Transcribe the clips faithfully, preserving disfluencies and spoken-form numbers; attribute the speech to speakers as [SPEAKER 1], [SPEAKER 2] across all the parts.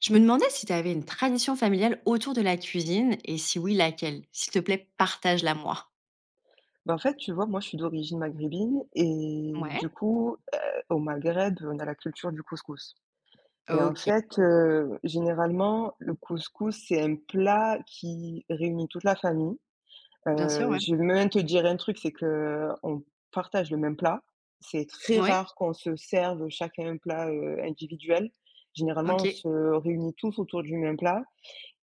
[SPEAKER 1] Je me demandais si tu avais une tradition familiale autour de la cuisine et si oui, laquelle? S'il te plaît, partage-la moi.
[SPEAKER 2] Bah, en fait, tu vois, moi, je suis d'origine maghrébine et du
[SPEAKER 1] Ouais,
[SPEAKER 2] coup, heu, au Maghreb, on a la culture du couscous et en
[SPEAKER 1] OK.
[SPEAKER 2] fait, heu, généralement, le couscous, c'est un plat qui réunit toute la famille.
[SPEAKER 1] Bien sûr,
[SPEAKER 2] Heu,
[SPEAKER 1] ouais.
[SPEAKER 2] je vais même te dire un truc, c'est qu'on partage le même plat. C'est très
[SPEAKER 1] Ouais,
[SPEAKER 2] rare qu'on se serve chacun un plat, heu, individuel. Généralement, on
[SPEAKER 1] OK.
[SPEAKER 2] se réunit tous autour du même plat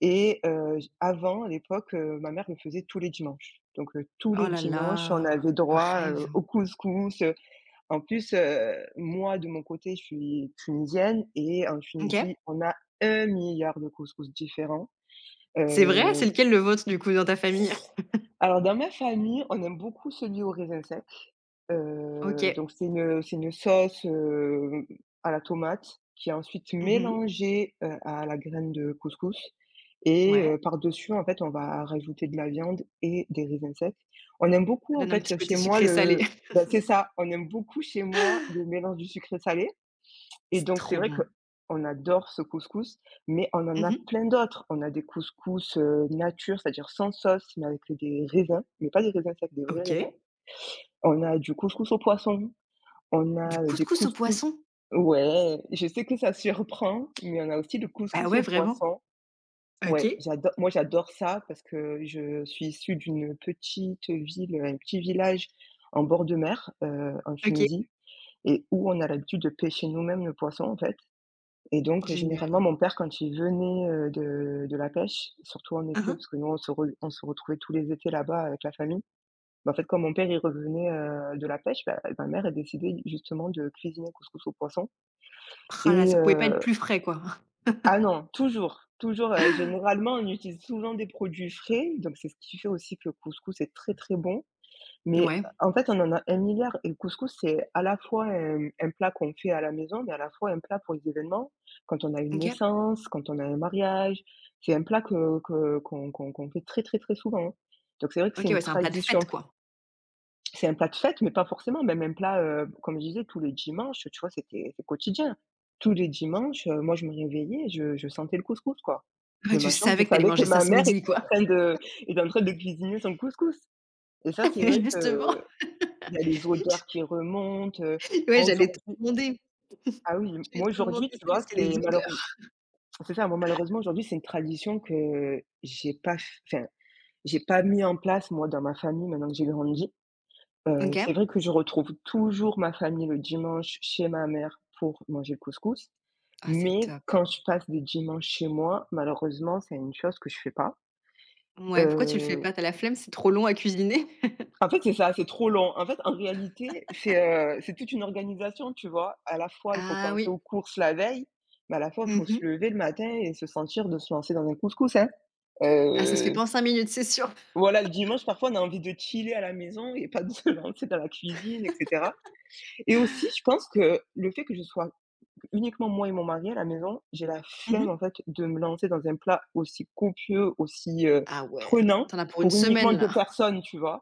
[SPEAKER 2] et heu, avant, à l'époque, heu, ma mère le faisait tous les dimanches. Donc heu, tous
[SPEAKER 1] Oh
[SPEAKER 2] les
[SPEAKER 1] là
[SPEAKER 2] dimanches, on
[SPEAKER 1] là,
[SPEAKER 2] avait
[SPEAKER 1] le
[SPEAKER 2] droit,
[SPEAKER 1] rêve.
[SPEAKER 2] heu, au couscous, heu. En plus, heu, moi, de mon côté, je suis tunisienne et en
[SPEAKER 1] OK.
[SPEAKER 2] Tunisie, on a un milliard de couscous différents.
[SPEAKER 1] C'est vrai?
[SPEAKER 2] Heu,
[SPEAKER 1] C'est lequel le vôtre du coup dans ta famille?
[SPEAKER 2] alors dans ma famille, on aime beaucoup celui au raisin sec. Heu,
[SPEAKER 1] OK.
[SPEAKER 2] donc c'est une c'est une sauce, heu, à la tomate qui est ensuite
[SPEAKER 1] Mmh.
[SPEAKER 2] mélangée, heu, à la graine de couscous et
[SPEAKER 1] Ouais,
[SPEAKER 2] heu, par-dessus, en fait, on va rajouter de la viande et des raisins secs. On aime
[SPEAKER 1] ça
[SPEAKER 2] beaucoup, en
[SPEAKER 1] donne un petit
[SPEAKER 2] fait,
[SPEAKER 1] côté
[SPEAKER 2] chez moi,
[SPEAKER 1] sucré salé.
[SPEAKER 2] le bah, c'est ça, on aime beaucoup chez moi le mélange du sucré-salé et
[SPEAKER 1] C'est
[SPEAKER 2] donc c'est
[SPEAKER 1] trop
[SPEAKER 2] vrai que
[SPEAKER 1] bon.
[SPEAKER 2] on adore ce couscous, mais on en a
[SPEAKER 1] Mmh.
[SPEAKER 2] plein d'autres. On a des couscous, heu, nature, c'est-à-dire sans sauce, mais avec des raisins, mais pas des raisins secs, des vrais raisins.
[SPEAKER 1] OK.
[SPEAKER 2] On a du couscous au poisson. On a,
[SPEAKER 1] Du
[SPEAKER 2] heu, des
[SPEAKER 1] couscous au
[SPEAKER 2] couscous
[SPEAKER 1] poisson?
[SPEAKER 2] ouais, je sais que ça surprend, mais on a aussi le
[SPEAKER 1] Bah
[SPEAKER 2] couscous
[SPEAKER 1] ouais,
[SPEAKER 2] au
[SPEAKER 1] vraiment.
[SPEAKER 2] poisson.
[SPEAKER 1] OK.
[SPEAKER 2] Ouais, j'adore. Moi j'adore ça parce que je suis issue d'une petite ville, un petit village en bord de mer, heu, en
[SPEAKER 1] OK.
[SPEAKER 2] Tunisie et où on a l'habitude de pêcher nous-mêmes le poisson, en fait et donc heu,
[SPEAKER 1] Génial.
[SPEAKER 2] généralement mon père quand il venait, heu, de de la pêche, surtout en
[SPEAKER 1] Hein
[SPEAKER 2] été
[SPEAKER 1] hein.
[SPEAKER 2] parce que nous on se re on se retrouvait tous les étés là-bas avec la famille bah, en fait, quand mon père, il revenait, heu, de la pêche, bah, ma mère a décidé justement de cuisiner couscous au poisson
[SPEAKER 1] Oh là,
[SPEAKER 2] et
[SPEAKER 1] ça pouvait pas être
[SPEAKER 2] heu
[SPEAKER 1] plus frais, quoi.
[SPEAKER 2] ah non, toujours, toujours, heu, généralement, on utilise souvent des produits frais, donc c'est ce qui fait aussi que le couscous est très, très bon, mais
[SPEAKER 1] Ouais.
[SPEAKER 2] euh, en fait, on en a un milliard et le couscous, c'est à la fois un un plat qu'on fait à la maison, mais à la fois un plat pour les événements. Quand on a une
[SPEAKER 1] OK.
[SPEAKER 2] naissance, quand on a un mariage, c'est un plat que que qu'on qu'on qu'on fait très, très, très souvent, hein, donc c'est vrai que c'est
[SPEAKER 1] OK,
[SPEAKER 2] une
[SPEAKER 1] ouais, c'est un plat de fête,
[SPEAKER 2] tradition.
[SPEAKER 1] quoi.
[SPEAKER 2] C'est un plat de fête, mais pas forcément, même un plat, heu, comme je disais, tous les dimanches, tu vois, c'était c'est quotidien. Tous les dimanches, heu, moi, je me réveillais, je je sentais le couscous, quoi.
[SPEAKER 1] Ouais,
[SPEAKER 2] De
[SPEAKER 1] tu
[SPEAKER 2] ma chambre, je
[SPEAKER 1] savais que tu allais
[SPEAKER 2] savais que
[SPEAKER 1] manger ça
[SPEAKER 2] ma
[SPEAKER 1] ce
[SPEAKER 2] mère était
[SPEAKER 1] midi, quoi.
[SPEAKER 2] en train de était en train de cuisiner son couscous et ça, c'est vrai que
[SPEAKER 1] Justement.
[SPEAKER 2] il y a les odeurs qui remontent, heu.
[SPEAKER 1] Ouais,
[SPEAKER 2] Moi,
[SPEAKER 1] j'allais te
[SPEAKER 2] aujourd'hui.
[SPEAKER 1] demander.
[SPEAKER 2] Ah oui,
[SPEAKER 1] J'allais
[SPEAKER 2] moi,
[SPEAKER 1] te demander
[SPEAKER 2] aujourd'hui,
[SPEAKER 1] ça
[SPEAKER 2] tu
[SPEAKER 1] parce
[SPEAKER 2] vois,
[SPEAKER 1] qu'il y a des
[SPEAKER 2] c'est malheureux.
[SPEAKER 1] odeurs.
[SPEAKER 2] C'est ça, moi, malheureusement, aujourd'hui, c'est une tradition que j'ai pas f enfin, j'ai pas mis en place, moi, dans ma famille, maintenant que j'ai grandi. Heu,
[SPEAKER 1] OK.
[SPEAKER 2] c'est vrai que je retrouve toujours ma famille le dimanche chez ma mère pour manger le couscous,
[SPEAKER 1] Ah, c'est
[SPEAKER 2] mais
[SPEAKER 1] top.
[SPEAKER 2] quand je passe des dimanches chez moi, malheureusement, c'est une chose que je fais pas.
[SPEAKER 1] Ouais, pourquoi tu le fais
[SPEAKER 2] Heu,
[SPEAKER 1] pas? T'as la flemme? C'est trop long à cuisiner?
[SPEAKER 2] en fait, c'est ça, c'est trop long. En fait, en réalité, c'est, heu, c'est toute une organisation, tu vois? À la fois, il faut
[SPEAKER 1] Ah
[SPEAKER 2] penser aux
[SPEAKER 1] oui.
[SPEAKER 2] courses la veille, mais à la fois, il faut se
[SPEAKER 1] Mmh.
[SPEAKER 2] lever le matin et se sentir de se lancer dans un couscous, hein.
[SPEAKER 1] Ah, ça se fait
[SPEAKER 2] Heu,
[SPEAKER 1] pas en cinq minutes, c'est sûr.
[SPEAKER 2] voilà, le dimanche, parfois, on a envie de chiller à la maison et pas de se lancer dans la cuisine et cetera. Et aussi, je pense que le fait que je sois uniquement moi et mon mari à la maison, j'ai la
[SPEAKER 1] Mmh.
[SPEAKER 2] flemme, en fait, de me lancer dans un plat aussi copieux, aussi, heu,
[SPEAKER 1] Ah ouais,
[SPEAKER 2] prenant
[SPEAKER 1] t'en as pour une
[SPEAKER 2] pour
[SPEAKER 1] semaine,
[SPEAKER 2] uniquement deux
[SPEAKER 1] là.
[SPEAKER 2] personnes, tu vois?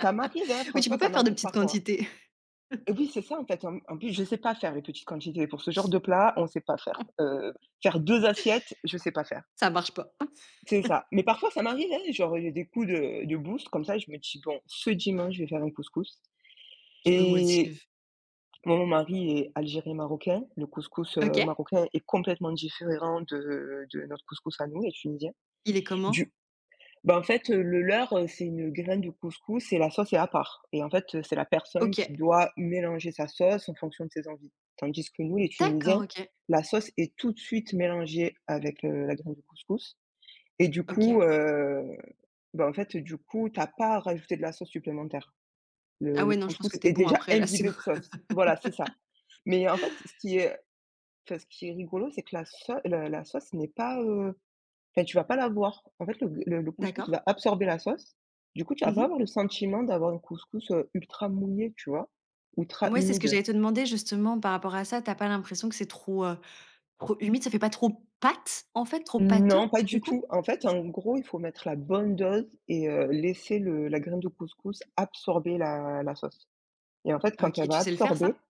[SPEAKER 2] Ça m'arrive, hein,
[SPEAKER 1] Oui, tu
[SPEAKER 2] franchement,
[SPEAKER 1] peux
[SPEAKER 2] ça
[SPEAKER 1] pas faire de
[SPEAKER 2] m'arrive
[SPEAKER 1] petites
[SPEAKER 2] parfois.
[SPEAKER 1] quantités.
[SPEAKER 2] Et oui, c'est ça, en fait, en en plus, je sais pas faire les petites quantités. Pour ce genre de plat, on sait pas faire. Heu, faire deux assiettes, je sais pas faire.
[SPEAKER 1] Ça marche pas.
[SPEAKER 2] C'est ça. Mais parfois, ça m'arrive, hein, genre, il y a des coups de de boost comme ça, je me dis: «Bon, ce dimanche, je vais faire un couscous»
[SPEAKER 1] Je me
[SPEAKER 2] et
[SPEAKER 1] motive.
[SPEAKER 2] mon mari est algérien-marocain. Le couscous, heu,
[SPEAKER 1] OK.
[SPEAKER 2] marocain est complètement différent de de notre couscous à nous, les tunisiens.
[SPEAKER 1] Il est comment?
[SPEAKER 2] Du bah, en fait, heu, le leur, heu, c'est une graine de couscous et la sauce est à part et en fait, heu, c'est la personne qui
[SPEAKER 1] OK.
[SPEAKER 2] doit mélanger sa sauce en fonction de ses envies. Tandis que nous, les tunisiens,
[SPEAKER 1] D'accord, OK.
[SPEAKER 2] la sauce est tout de suite mélangée avec, heu, la graine de couscous et du
[SPEAKER 1] OK.
[SPEAKER 2] coup, heu, bah, en fait, du coup, t'as pas à rajouter de la sauce supplémentaire.
[SPEAKER 1] Ah
[SPEAKER 2] Le le
[SPEAKER 1] ouais, non, je pense que
[SPEAKER 2] couscous
[SPEAKER 1] t'es
[SPEAKER 2] est
[SPEAKER 1] bon
[SPEAKER 2] déjà
[SPEAKER 1] après, là, c'est bon.
[SPEAKER 2] imbibé de sauce. Voilà, c'est ça. Mais en fait, ce qui est enfin ce qui est rigolo, c'est que la sau la la sauce n'est pas, heu, enfin tu vas pas la voir. En fait, le le le couscous
[SPEAKER 1] D'accord.
[SPEAKER 2] va absorber la sauce. Du coup, tu vas pas
[SPEAKER 1] Mmh.
[SPEAKER 2] avoir le sentiment d'avoir un couscous, heu, ultra mouillé, tu vois? Ultra
[SPEAKER 1] Ouais, c'est ce que
[SPEAKER 2] humide.
[SPEAKER 1] j'allais te demander justement par rapport à ça. T'as pas l'impression que c'est trop, heu, trop humide? Ça fait pas trop pâte, en fait, trop pâteux,
[SPEAKER 2] Non, pas
[SPEAKER 1] du
[SPEAKER 2] du
[SPEAKER 1] coup?
[SPEAKER 2] tout. En fait, en gros, il faut mettre la bonne dose et heu, laisser le la graine de couscous absorber la la sauce et en fait, quand
[SPEAKER 1] OK,
[SPEAKER 2] elle va
[SPEAKER 1] tu sais le faire ça?
[SPEAKER 2] absorber,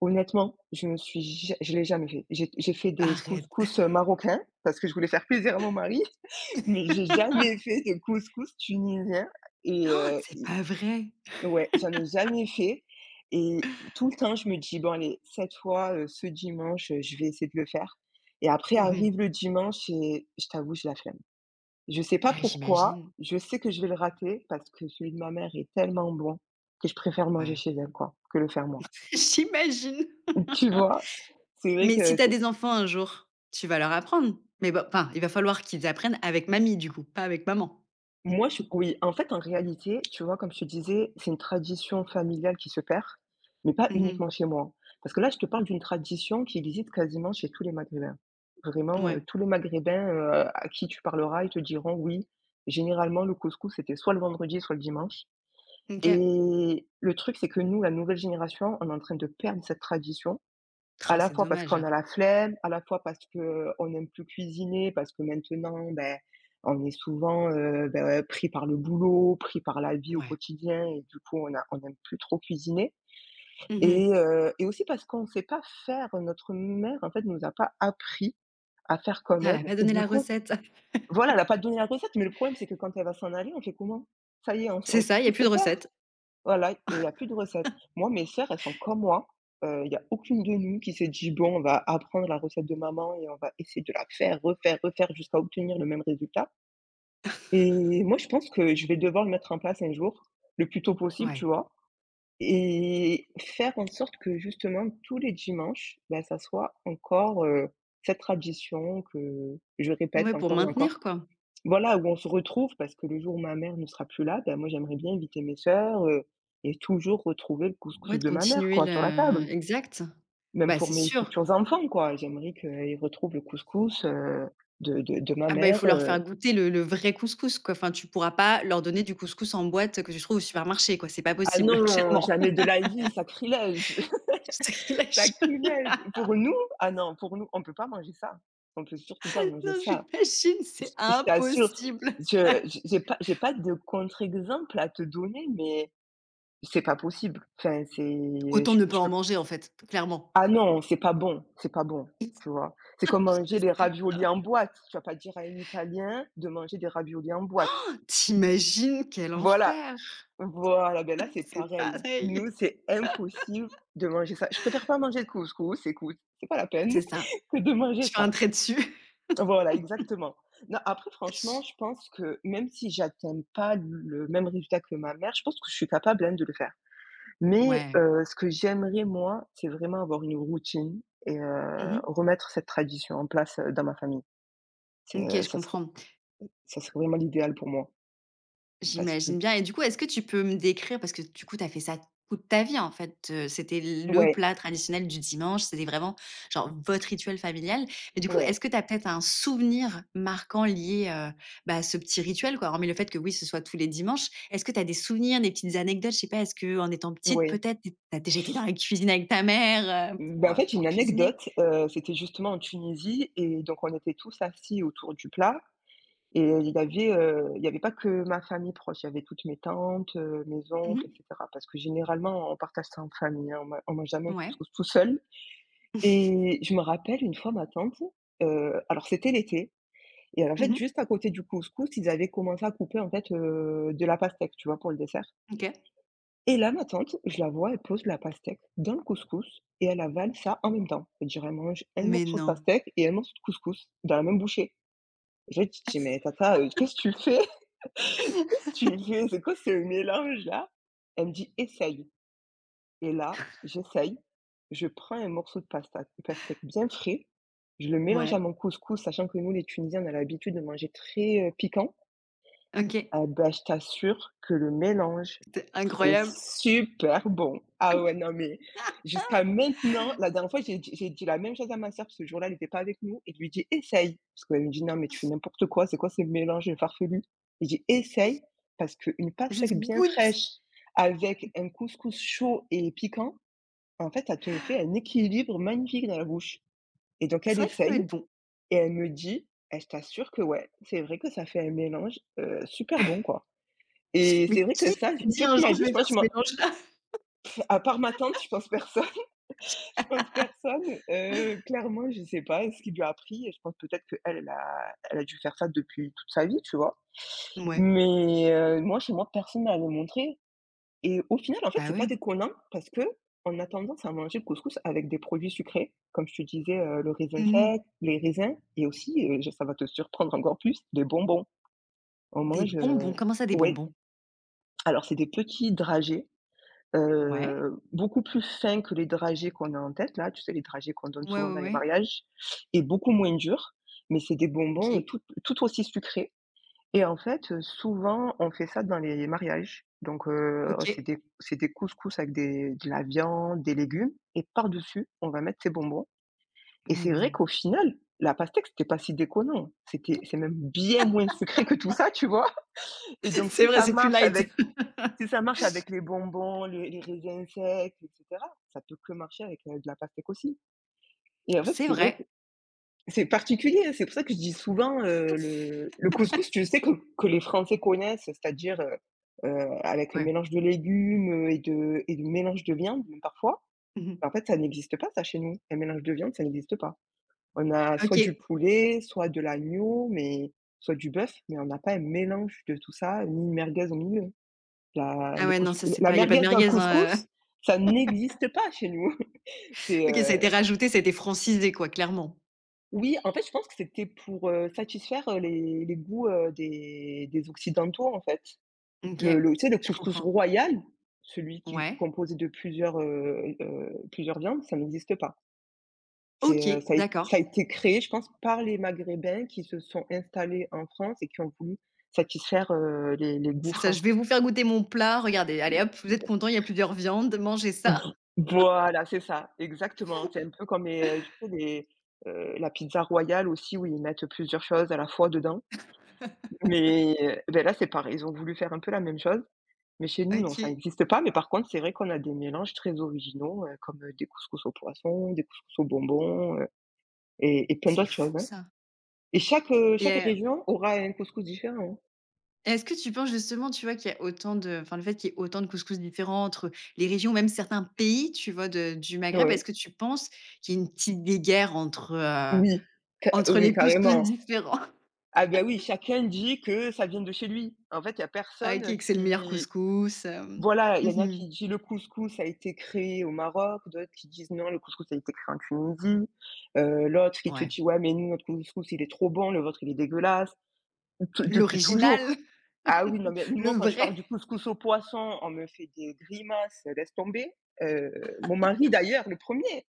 [SPEAKER 2] honnêtement, je me suis ja je l'ai jamais fait. J'ai j'ai fait des
[SPEAKER 1] Arrête!
[SPEAKER 2] couscous, heu, marocains parce que je voulais faire plaisir à mon mari, mais j'ai jamais fait de couscous tunisien et
[SPEAKER 1] Oh,
[SPEAKER 2] heu,
[SPEAKER 1] c'est
[SPEAKER 2] i
[SPEAKER 1] pas vrai?
[SPEAKER 2] ouais, j'en ai jamais fait et tout le temps je me dis: «Bon allez, cette fois, heu, ce dimanche, heu, je vais essayer de le faire» et après
[SPEAKER 1] Mmh.
[SPEAKER 2] arrive le dimanche et je t'avoue, j'ai la flemme. Je sais pas
[SPEAKER 1] Bah,
[SPEAKER 2] pourquoi,
[SPEAKER 1] j'imagine,
[SPEAKER 2] je sais que je vais le rater parce que celui de ma mère est tellement bon que je préfère manger
[SPEAKER 1] ouais.
[SPEAKER 2] chez elle, quoi, que le faire moi.
[SPEAKER 1] J'imagine.
[SPEAKER 2] Tu vois? C'est vrai
[SPEAKER 1] Mais si
[SPEAKER 2] que
[SPEAKER 1] t'as
[SPEAKER 2] c'est
[SPEAKER 1] des enfants un jour, tu vas leur apprendre? Mais bon, enfin, il va falloir qu'ils apprennent avec mamie du coup, pas avec maman? Mmh.
[SPEAKER 2] moi je oui, en fait, en réalité, tu vois, comme je te disais, c'est une tradition familiale qui se perd, mais pas
[SPEAKER 1] Mmh.
[SPEAKER 2] uniquement chez moi, hein. Parce que là, je te parle d'une tradition qui existe quasiment chez tous les Maghrébins. Vraiment,
[SPEAKER 1] Ouais.
[SPEAKER 2] heu, tous les Maghrébins, heu, à qui tu parleras, ils te diront: «Oui, généralement le couscous, c'était soit le vendredi, soit le dimanche»
[SPEAKER 1] OK.
[SPEAKER 2] et le truc, c'est que nous, la nouvelle génération, on est en train de perdre cette tradition. À
[SPEAKER 1] Ah,
[SPEAKER 2] la
[SPEAKER 1] c'est
[SPEAKER 2] fois parce
[SPEAKER 1] dommage.
[SPEAKER 2] qu'on a la flemme, à la fois parce que euh, on n'aime plus cuisiner, parce que maintenant, ben, on est souvent, heu, ben, ouais, pris par le boulot, pris par la vie au
[SPEAKER 1] Ouais.
[SPEAKER 2] quotidien et du coup, on a on n'aime plus trop cuisiner
[SPEAKER 1] Mmh.
[SPEAKER 2] et heu et aussi parce qu'on ne sait pas faire. Notre mère, en fait, nous a pas appris à faire comme
[SPEAKER 1] Ah, elle
[SPEAKER 2] elle
[SPEAKER 1] a pas
[SPEAKER 2] et
[SPEAKER 1] donné
[SPEAKER 2] du
[SPEAKER 1] la
[SPEAKER 2] coup,
[SPEAKER 1] recette.
[SPEAKER 2] voilà, elle a pas donné la recette, mais le problème, c'est que quand elle va s'en aller, on fait comment? Ça y est, on se
[SPEAKER 1] C'est
[SPEAKER 2] on
[SPEAKER 1] ça, il y a
[SPEAKER 2] tout
[SPEAKER 1] plus
[SPEAKER 2] se
[SPEAKER 1] de
[SPEAKER 2] perd.
[SPEAKER 1] recette.
[SPEAKER 2] Voilà, il n'y a plus de recette. Moi, mes sœurs, elles sont comme moi. Heu, il n'y a aucune de nous qui s'est dit: «Bon, on va apprendre la recette de maman et on va essayer de la faire, refaire, refaire jusqu'à obtenir le même résultat» et moi, je pense que je vais devoir le mettre en place un jour, le plus tôt possible, tu
[SPEAKER 1] Ouais.
[SPEAKER 2] vois? Et faire en sorte que justement tous les dimanches, ben, ça soit encore, heu, cette tradition que je répète
[SPEAKER 1] Ouais, pour
[SPEAKER 2] encore et encore.
[SPEAKER 1] maintenir quoi.
[SPEAKER 2] Voilà, où on se retrouve parce que le jour où ma mère ne sera plus là, bah, moi j'aimerais bien inviter mes sœurs, heu et toujours retrouver le
[SPEAKER 1] Ouais,
[SPEAKER 2] couscous
[SPEAKER 1] de
[SPEAKER 2] de ma mère,
[SPEAKER 1] continuer
[SPEAKER 2] quoi, sur la
[SPEAKER 1] le
[SPEAKER 2] table.
[SPEAKER 1] exact.
[SPEAKER 2] Même
[SPEAKER 1] Bah,
[SPEAKER 2] pour
[SPEAKER 1] c'est
[SPEAKER 2] mes
[SPEAKER 1] sûr.
[SPEAKER 2] futurs enfants, quoi, j'aimerais qu'ils retrouvent le couscous, heu, de de de ma
[SPEAKER 1] Ah bah, il faut
[SPEAKER 2] mère,
[SPEAKER 1] leur faire
[SPEAKER 2] heu.
[SPEAKER 1] goûter le le vrai couscous quoi. Enfin, tu pourras pas leur donner du couscous en boîte que tu trouves au supermarché quoi, c'est pas
[SPEAKER 2] Ah
[SPEAKER 1] possible
[SPEAKER 2] non,
[SPEAKER 1] clairement.
[SPEAKER 2] jamais de la vie, sacrilège,
[SPEAKER 1] Je lâche.
[SPEAKER 2] sacrilège! Pour nous, ah non, pour nous, on peut pas manger ça. On peut surtout pas manger
[SPEAKER 1] Non,
[SPEAKER 2] ça.
[SPEAKER 1] j'imagine,
[SPEAKER 2] Je t
[SPEAKER 1] c'est
[SPEAKER 2] je t'assure,
[SPEAKER 1] impossible.
[SPEAKER 2] je j j'ai pas j'ai pas de contre-exemple à te donner, mais c'est pas possible. Enfin, c'est
[SPEAKER 1] Autant
[SPEAKER 2] je
[SPEAKER 1] ne
[SPEAKER 2] je
[SPEAKER 1] pas en
[SPEAKER 2] peux.
[SPEAKER 1] manger en fait, clairement.
[SPEAKER 2] Ah non, c'est pas bon, c'est pas bon, tu vois? C'est comme
[SPEAKER 1] Je
[SPEAKER 2] manger des
[SPEAKER 1] sais pas.
[SPEAKER 2] raviolis en boîte. Tu vas pas dire à un Italien de manger des raviolis en boîte.
[SPEAKER 1] Tu quel
[SPEAKER 2] Voilà,
[SPEAKER 1] enfer!
[SPEAKER 2] voilà, ben là, c'est
[SPEAKER 1] C'est
[SPEAKER 2] pareil. Nous,
[SPEAKER 1] pareil.
[SPEAKER 2] c'est impossible de manger ça. Je préfère pas manger de couscous, écoute, c'est pas la peine
[SPEAKER 1] C'est ça.
[SPEAKER 2] que de
[SPEAKER 1] Je
[SPEAKER 2] manger
[SPEAKER 1] fais un
[SPEAKER 2] ça.
[SPEAKER 1] trait dessus.
[SPEAKER 2] Voilà, exactement. Non, après franchement, je pense que même si j'atteins pas le même résultat que ma mère, je pense que je suis capable, hein, de le faire. Mais
[SPEAKER 1] Ouais.
[SPEAKER 2] heu, ce que j'aimerais moi, c'est vraiment avoir une routine et heu,
[SPEAKER 1] Mmh.
[SPEAKER 2] remettre cette tradition en place, heu, dans ma famille. C'est,
[SPEAKER 1] OK,
[SPEAKER 2] heu,
[SPEAKER 1] je
[SPEAKER 2] ça serait
[SPEAKER 1] comprends.
[SPEAKER 2] ça serait vraiment l'idéal pour moi parce que
[SPEAKER 1] J'imagine bien et du coup, est-ce que tu peux me décrire parce que du coup, tu as fait ça toute ta vie, en fait, heu, c'était le
[SPEAKER 2] ouais,
[SPEAKER 1] plat traditionnel du dimanche, c'était vraiment genre votre rituel familial et du coup, est-ce
[SPEAKER 2] ouais,
[SPEAKER 1] que tu as peut-être un souvenir marquant lié, heu, bah, à ce petit rituel, quoi? Hormis le fait que oui, ce soit tous les dimanches, est-ce que tu as des souvenirs, des petites anecdotes? Je sais pas, est-ce que en étant petite,
[SPEAKER 2] ouais.
[SPEAKER 1] peut-être, tu as déjà été dans la cuisine avec ta mère, heu, pour,
[SPEAKER 2] Ben en
[SPEAKER 1] heu,
[SPEAKER 2] fait, j'ai
[SPEAKER 1] pour
[SPEAKER 2] une
[SPEAKER 1] cuisiner?
[SPEAKER 2] anecdote, heu, c'était justement en Tunisie et donc on était tous assis autour du plat et il y avait, heu, il y avait pas que ma famille proche, il y avait toutes mes tantes, heu, mes
[SPEAKER 1] Mmh.
[SPEAKER 2] oncles et cetera parce que généralement, on partage ça en famille, hein, on man on mange jamais un
[SPEAKER 1] Ouais.
[SPEAKER 2] couscous tout seul. Et je me rappelle une fois ma tante, heu, alors c'était l'été et en fait
[SPEAKER 1] Mmh.
[SPEAKER 2] juste à côté du couscous, ils avaient commencé à couper en fait, heu, de la pastèque, tu vois? Pour le dessert
[SPEAKER 1] OK.
[SPEAKER 2] et là ma tante, je la vois, elle pose la pastèque dans le couscous et elle avale ça en même temps. Je veux dire, elle mange un
[SPEAKER 1] Mais
[SPEAKER 2] morceau de
[SPEAKER 1] non?
[SPEAKER 2] pastèque et un morceau de couscous dans la même bouchée. Et là, tu te dis: «Mais tata, heu, qu'est-ce que tu fais? tu fais? C'est quoi ce mélange là?» Elle me dit: «Essaye». Et là, j'essaye, je prends un morceau de pasta pastèque bien frais, je le mélange à
[SPEAKER 1] Ouais.
[SPEAKER 2] mon couscous, sachant que nous, les Tunisiens, on a l'habitude de manger très, heu, piquant.
[SPEAKER 1] OK.
[SPEAKER 2] Ah bah, je t'assure que le mélange,
[SPEAKER 1] C'était
[SPEAKER 2] c'est
[SPEAKER 1] incroyable.
[SPEAKER 2] super bon. Ah ouais, non mais jusqu'à maintenant, la dernière fois, j'ai dit j'ai dit la même chose à ma sœur, parce que ce jour-là, elle était pas avec nous et je lui dis: «Essaye», parce qu'elle me dit: «Non mais tu fais n'importe quoi, c'est quoi ces mélanges farfelus?» J'ai dit: «Essaye» parce qu'une
[SPEAKER 1] Juste
[SPEAKER 2] pastèque bien
[SPEAKER 1] goûte!
[SPEAKER 2] fraîche avec un couscous chaud et piquant, en fait, ça te fait un équilibre magnifique dans la bouche et donc
[SPEAKER 1] C'est
[SPEAKER 2] elle
[SPEAKER 1] vrai que ça doit
[SPEAKER 2] essaye
[SPEAKER 1] être bon.
[SPEAKER 2] et elle me dit: elle je t'assure que ouais, c'est vrai que ça fait un mélange, heu, super bon, quoi» et
[SPEAKER 1] Mais
[SPEAKER 2] c'est vrai que
[SPEAKER 1] qui
[SPEAKER 2] ça, j
[SPEAKER 1] dit un
[SPEAKER 2] toute ma
[SPEAKER 1] jour: «Je
[SPEAKER 2] vie, je
[SPEAKER 1] vais faire
[SPEAKER 2] pense, je
[SPEAKER 1] ce
[SPEAKER 2] m'en
[SPEAKER 1] mélange-là»?
[SPEAKER 2] à part ma tante, je pense personne. Je pense personne, heu, clairement, je sais pas ce qu'il lui a appris et je pense peut-être qu'elle, elle a elle a dû faire ça depuis toute sa vie, tu vois?
[SPEAKER 1] Mouais,
[SPEAKER 2] Mais heu, moi, chez moi, personne ne me montré. Et au final, en fait,
[SPEAKER 1] bah,
[SPEAKER 2] c'est pas
[SPEAKER 1] ouais.
[SPEAKER 2] déconnant parce que qu'on a tendance à manger le couscous avec des produits sucrés, comme je te disais, heu, le raisin
[SPEAKER 1] Mmh mh.
[SPEAKER 2] sec, les raisins et aussi, heu, je ça va te surprendre encore plus, des bonbons. On
[SPEAKER 1] Des
[SPEAKER 2] mange, heu
[SPEAKER 1] bonbons, comment ça des
[SPEAKER 2] ouais,
[SPEAKER 1] bonbons?
[SPEAKER 2] alors c'est des petits dragées,
[SPEAKER 1] Ouais.
[SPEAKER 2] heu, beaucoup plus fins que les dragées qu'on a en tête là, tu sais les dragées qu'on donne
[SPEAKER 1] Ouais,
[SPEAKER 2] souvent
[SPEAKER 1] ouais,
[SPEAKER 2] dans les
[SPEAKER 1] ouais.
[SPEAKER 2] mariages et beaucoup moins durs, mais c'est des bonbons, heu,
[SPEAKER 1] OK,
[SPEAKER 2] tout tout aussi sucrés et en fait, heu, souvent, on fait ça dans les mariages. Donc, heu, oh, c'est
[SPEAKER 1] OK.
[SPEAKER 2] des c'est des couscous avec des de la viande, des légumes et par-dessus, on va mettre ces bonbons et
[SPEAKER 1] Mais
[SPEAKER 2] c'est vrai
[SPEAKER 1] non.
[SPEAKER 2] qu'au final, la pastèque, c'était pas si déconnant. C'était c'est même bien moins sucré que tout ça, tu vois? Et donc
[SPEAKER 1] C'est
[SPEAKER 2] si
[SPEAKER 1] vrai,
[SPEAKER 2] ça
[SPEAKER 1] c'est plus
[SPEAKER 2] marche
[SPEAKER 1] light.
[SPEAKER 2] avec si ça marche avec les bonbons, les les raisins secs et cetera, ça peut que marcher avec, heu, de la pastèque aussi. Et en fait,
[SPEAKER 1] C'est
[SPEAKER 2] c'est vrai
[SPEAKER 1] vrai.
[SPEAKER 2] c'est particulier, hein, c'est pour ça que je dis souvent, heu, le le couscous, je sais que que les Français connaissent, c'est-à-dire, heu heu, avec un
[SPEAKER 1] Ouais.
[SPEAKER 2] mélange de légumes, heu et de et de mélange de viande même parfois.
[SPEAKER 1] Mmh mh.
[SPEAKER 2] En fait, ça n'existe pas ça chez nous. Un mélange de viande, ça n'existe pas. On a soit du
[SPEAKER 1] OK.
[SPEAKER 2] poulet, soit de l'agneau, mais soit du bœuf, mais on n'a pas un mélange de tout ça, ni une merguez au milieu. La
[SPEAKER 1] Ah
[SPEAKER 2] le
[SPEAKER 1] ouais, non, ça
[SPEAKER 2] couscous
[SPEAKER 1] c'est
[SPEAKER 2] La
[SPEAKER 1] pas il y a pas de
[SPEAKER 2] merguez dans le
[SPEAKER 1] merguez, hein, heu.
[SPEAKER 2] couscous, ça n'existe pas chez nous. C'est,
[SPEAKER 1] OK, ça a
[SPEAKER 2] heu
[SPEAKER 1] été rajouté, ça a été francisé quoi, clairement.
[SPEAKER 2] Oui, en fait, je pense que c'était pour, heu, satisfaire, heu, les les goûts, heu, des des occidentaux, en fait. Le
[SPEAKER 1] OK,
[SPEAKER 2] le Tu sais, le
[SPEAKER 1] je
[SPEAKER 2] couscous
[SPEAKER 1] comprends.
[SPEAKER 2] royal, celui qui est
[SPEAKER 1] Ouais.
[SPEAKER 2] composé de plusieurs, heu heu, plusieurs viandes, ça n'existe pas. C'est, heu,
[SPEAKER 1] OK,
[SPEAKER 2] ça a Ça a
[SPEAKER 1] d'accord.
[SPEAKER 2] été créé, je pense, par les maghrébins qui se sont installés en France et qui ont voulu satisfaire, heu, les les goûts
[SPEAKER 1] C'est ça: «Je
[SPEAKER 2] français.
[SPEAKER 1] vais vous faire goûter mon plat, regardez, allez hop, vous êtes contents, il y a plusieurs viandes, mangez ça».
[SPEAKER 2] Vo- Voilà, c'est ça, exactement. C'est un peu comme les, heu, tu sais, les, heu, la pizza royale aussi où ils mettent plusieurs choses à la fois dedans. Mais, heu, beh, là, c'est pareil, ils ont voulu faire un peu la même chose, mais chez nous, non, ça
[SPEAKER 1] OK.
[SPEAKER 2] existe pas, mais par contre, c'est vrai qu'on a des mélanges très originaux, heu, comme, heu, des couscous au poisson, des couscous au bonbon heu, et et plein
[SPEAKER 1] C'est
[SPEAKER 2] d'autres
[SPEAKER 1] fou
[SPEAKER 2] choses, hein.
[SPEAKER 1] ça.
[SPEAKER 2] Et chaque, heu,
[SPEAKER 1] Et
[SPEAKER 2] chaque
[SPEAKER 1] hem,
[SPEAKER 2] région aura un couscous différent, hein.
[SPEAKER 1] est-ce que tu penses justement, tu vois, qu'il y a autant de enfin, le fait qu'il y ait autant de couscous différents entre les régions, même certains pays, tu vois, de du Maghreb,
[SPEAKER 2] Ouais.
[SPEAKER 1] est-ce que tu penses qu'il y a une petite guerre entre, heu,
[SPEAKER 2] Oui, ca
[SPEAKER 1] entre
[SPEAKER 2] oui,
[SPEAKER 1] les couscous
[SPEAKER 2] carrément.
[SPEAKER 1] différents?
[SPEAKER 2] Ah, bah, oui, chacun dit que ça vient de chez lui. En fait, il y a
[SPEAKER 1] Ah,
[SPEAKER 2] personne, heu,
[SPEAKER 1] qui que c'est le meilleur
[SPEAKER 2] qui
[SPEAKER 1] couscous, hem?
[SPEAKER 2] Voilà, il y en a
[SPEAKER 1] Mmh.
[SPEAKER 2] qui disent: «Le couscous a été créé au Maroc», d'autres qui disent: «Non, le couscous a été créé en Tunisie», heu, l'autre qui te
[SPEAKER 1] Ouais.
[SPEAKER 2] dit: «Ouais, mais nous, notre couscous, il est trop bon, le vôtre, il est dégueulasse». T Depuis
[SPEAKER 1] L'original,
[SPEAKER 2] toujours. Ah oui, non, mais
[SPEAKER 1] le
[SPEAKER 2] moi, quand je
[SPEAKER 1] vrai.
[SPEAKER 2] parle du couscous au poisson, on me fait des grimaces, laisse tomber. Heu, mon mari, d'ailleurs, le premier,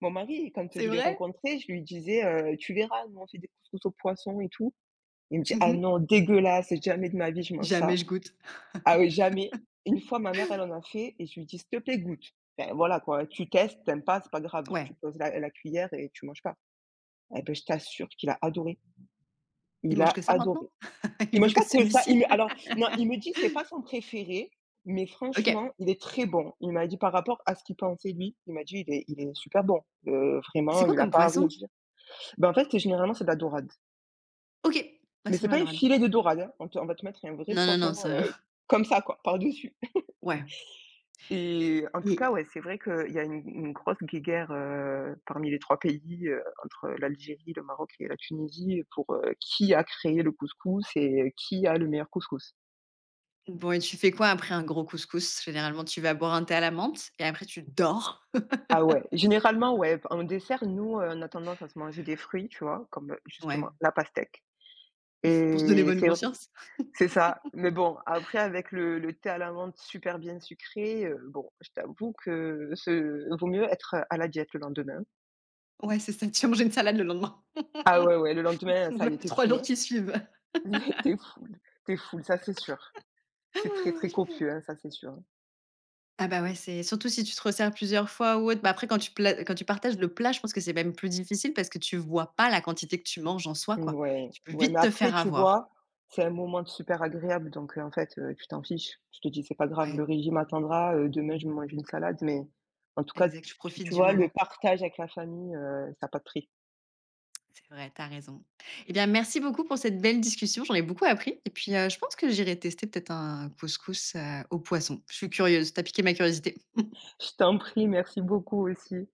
[SPEAKER 2] mon mari, quand
[SPEAKER 1] C'est
[SPEAKER 2] je l'ai
[SPEAKER 1] vrai?
[SPEAKER 2] rencontré, je lui disais, heu: «Tu verras, nous, on fait des couscous au poisson et tout». Il me dit: «Ah
[SPEAKER 1] Mmh.
[SPEAKER 2] non, dégueulasse, jamais de ma vie, je mange
[SPEAKER 1] Jamais
[SPEAKER 2] ça».
[SPEAKER 1] je goûte.
[SPEAKER 2] Ah oui, jamais. Une fois, ma mère, elle en a fait et je lui dis: «S'il te plaît, goûte». Enfin, voilà quoi, tu testes, t'aimes pas, c'est pas grave, tu
[SPEAKER 1] Ouais.
[SPEAKER 2] poses la la cuillère et tu manges pas. Eh ben je t'assure qu'il a adoré.
[SPEAKER 1] Il
[SPEAKER 2] Il
[SPEAKER 1] mange
[SPEAKER 2] a
[SPEAKER 1] que ça maintenant?
[SPEAKER 2] adoré.
[SPEAKER 1] Il
[SPEAKER 2] Il
[SPEAKER 1] veut
[SPEAKER 2] mange
[SPEAKER 1] que
[SPEAKER 2] pas que ça, il
[SPEAKER 1] celui-ci?
[SPEAKER 2] me alors non, il me dit: «C'est pas son préféré, mais
[SPEAKER 1] OK.
[SPEAKER 2] franchement, il est très bon». Il m'a dit par rapport à ce qu'il pensait lui, il m'a dit: «Il est il est super bon, heu,
[SPEAKER 1] C'est
[SPEAKER 2] vraiment,
[SPEAKER 1] quoi
[SPEAKER 2] il a
[SPEAKER 1] comme
[SPEAKER 2] pas à
[SPEAKER 1] poisson?
[SPEAKER 2] rougir». Bah, en fait, c'est généralement, c'est de la dorade,
[SPEAKER 1] OK. Bah,
[SPEAKER 2] mais
[SPEAKER 1] c'est
[SPEAKER 2] c'est
[SPEAKER 1] bon la
[SPEAKER 2] pas un
[SPEAKER 1] dorade.
[SPEAKER 2] filet de dorade, hein. On te on va te mettre un vrai
[SPEAKER 1] Non, non, non,
[SPEAKER 2] poisson,
[SPEAKER 1] ça
[SPEAKER 2] heu, comme ça quoi, par-dessus.
[SPEAKER 1] ouais.
[SPEAKER 2] Et en tout cas,
[SPEAKER 1] Et
[SPEAKER 2] ouais, c'est vrai qu'il y a une une grosse guéguerre, heu, parmi les trois pays, heu, entre l'Algérie, le Maroc et la Tunisie pour, heu, qui a créé le couscous et qui a le meilleur couscous.
[SPEAKER 1] bon et tu fais quoi après un gros couscous? Généralement, tu vas boire un thé à la menthe et après tu dors?
[SPEAKER 2] Ah ouais, généralement, ouais, en dessert, nous, heu, on a tendance à se manger des fruits, tu vois? Comme, heu,
[SPEAKER 1] Ouais,
[SPEAKER 2] justement la pastèque
[SPEAKER 1] pour se donner
[SPEAKER 2] et
[SPEAKER 1] bonne
[SPEAKER 2] c'est vrai
[SPEAKER 1] conscience?
[SPEAKER 2] c'est ça, mais bon, après avec le le thé à la menthe super bien sucré, heu, bon, je t'avoue que ce vaut mieux être à la diète le lendemain.
[SPEAKER 1] Ouais, c'est ça, tu vas manger une salade le lendemain.
[SPEAKER 2] Ah ouais, ouais, le lendemain, ça y
[SPEAKER 1] Même les
[SPEAKER 2] est,
[SPEAKER 1] trois
[SPEAKER 2] fou es
[SPEAKER 1] jours
[SPEAKER 2] hein.
[SPEAKER 1] qui suivent.
[SPEAKER 2] T'es full, t'es full, ça c'est sûr. C'est très, très copieux, hein, ça c'est sûr.
[SPEAKER 1] Ah bah, ouais, c'est surtout si tu te resserres plusieurs fois ou autre. Bah, après quand tu pla quand tu partages le plat, je pense que c'est même plus difficile parce que tu vois pas la quantité que tu manges en soi, quoi.
[SPEAKER 2] Ouais,
[SPEAKER 1] Tu peux
[SPEAKER 2] ouais,
[SPEAKER 1] vite
[SPEAKER 2] mais
[SPEAKER 1] te
[SPEAKER 2] après,
[SPEAKER 1] faire
[SPEAKER 2] tu
[SPEAKER 1] avoir.
[SPEAKER 2] vois, c'est un moment super agréable, donc heu, en fait, heu, tu t'en fiches. Tu te dis: «C'est pas grave, le
[SPEAKER 1] Ouais,
[SPEAKER 2] régime attendra, heu, demain je me mange une salade», mais en tout cas,
[SPEAKER 1] exact, tu profites
[SPEAKER 2] tu
[SPEAKER 1] du
[SPEAKER 2] vois, le
[SPEAKER 1] moment.
[SPEAKER 2] partage avec la famille, heu, ça a pas de prix.
[SPEAKER 1] C'est vrai, t'as raison. Eh bien, merci beaucoup pour cette belle discussion. J'en ai beaucoup appris et puis, heu, je pense que j'irai tester peut-être un couscous, heu, au poisson. Je suis curieuse, t'as piqué ma curiosité.
[SPEAKER 2] Je t'en prie, merci beaucoup aussi.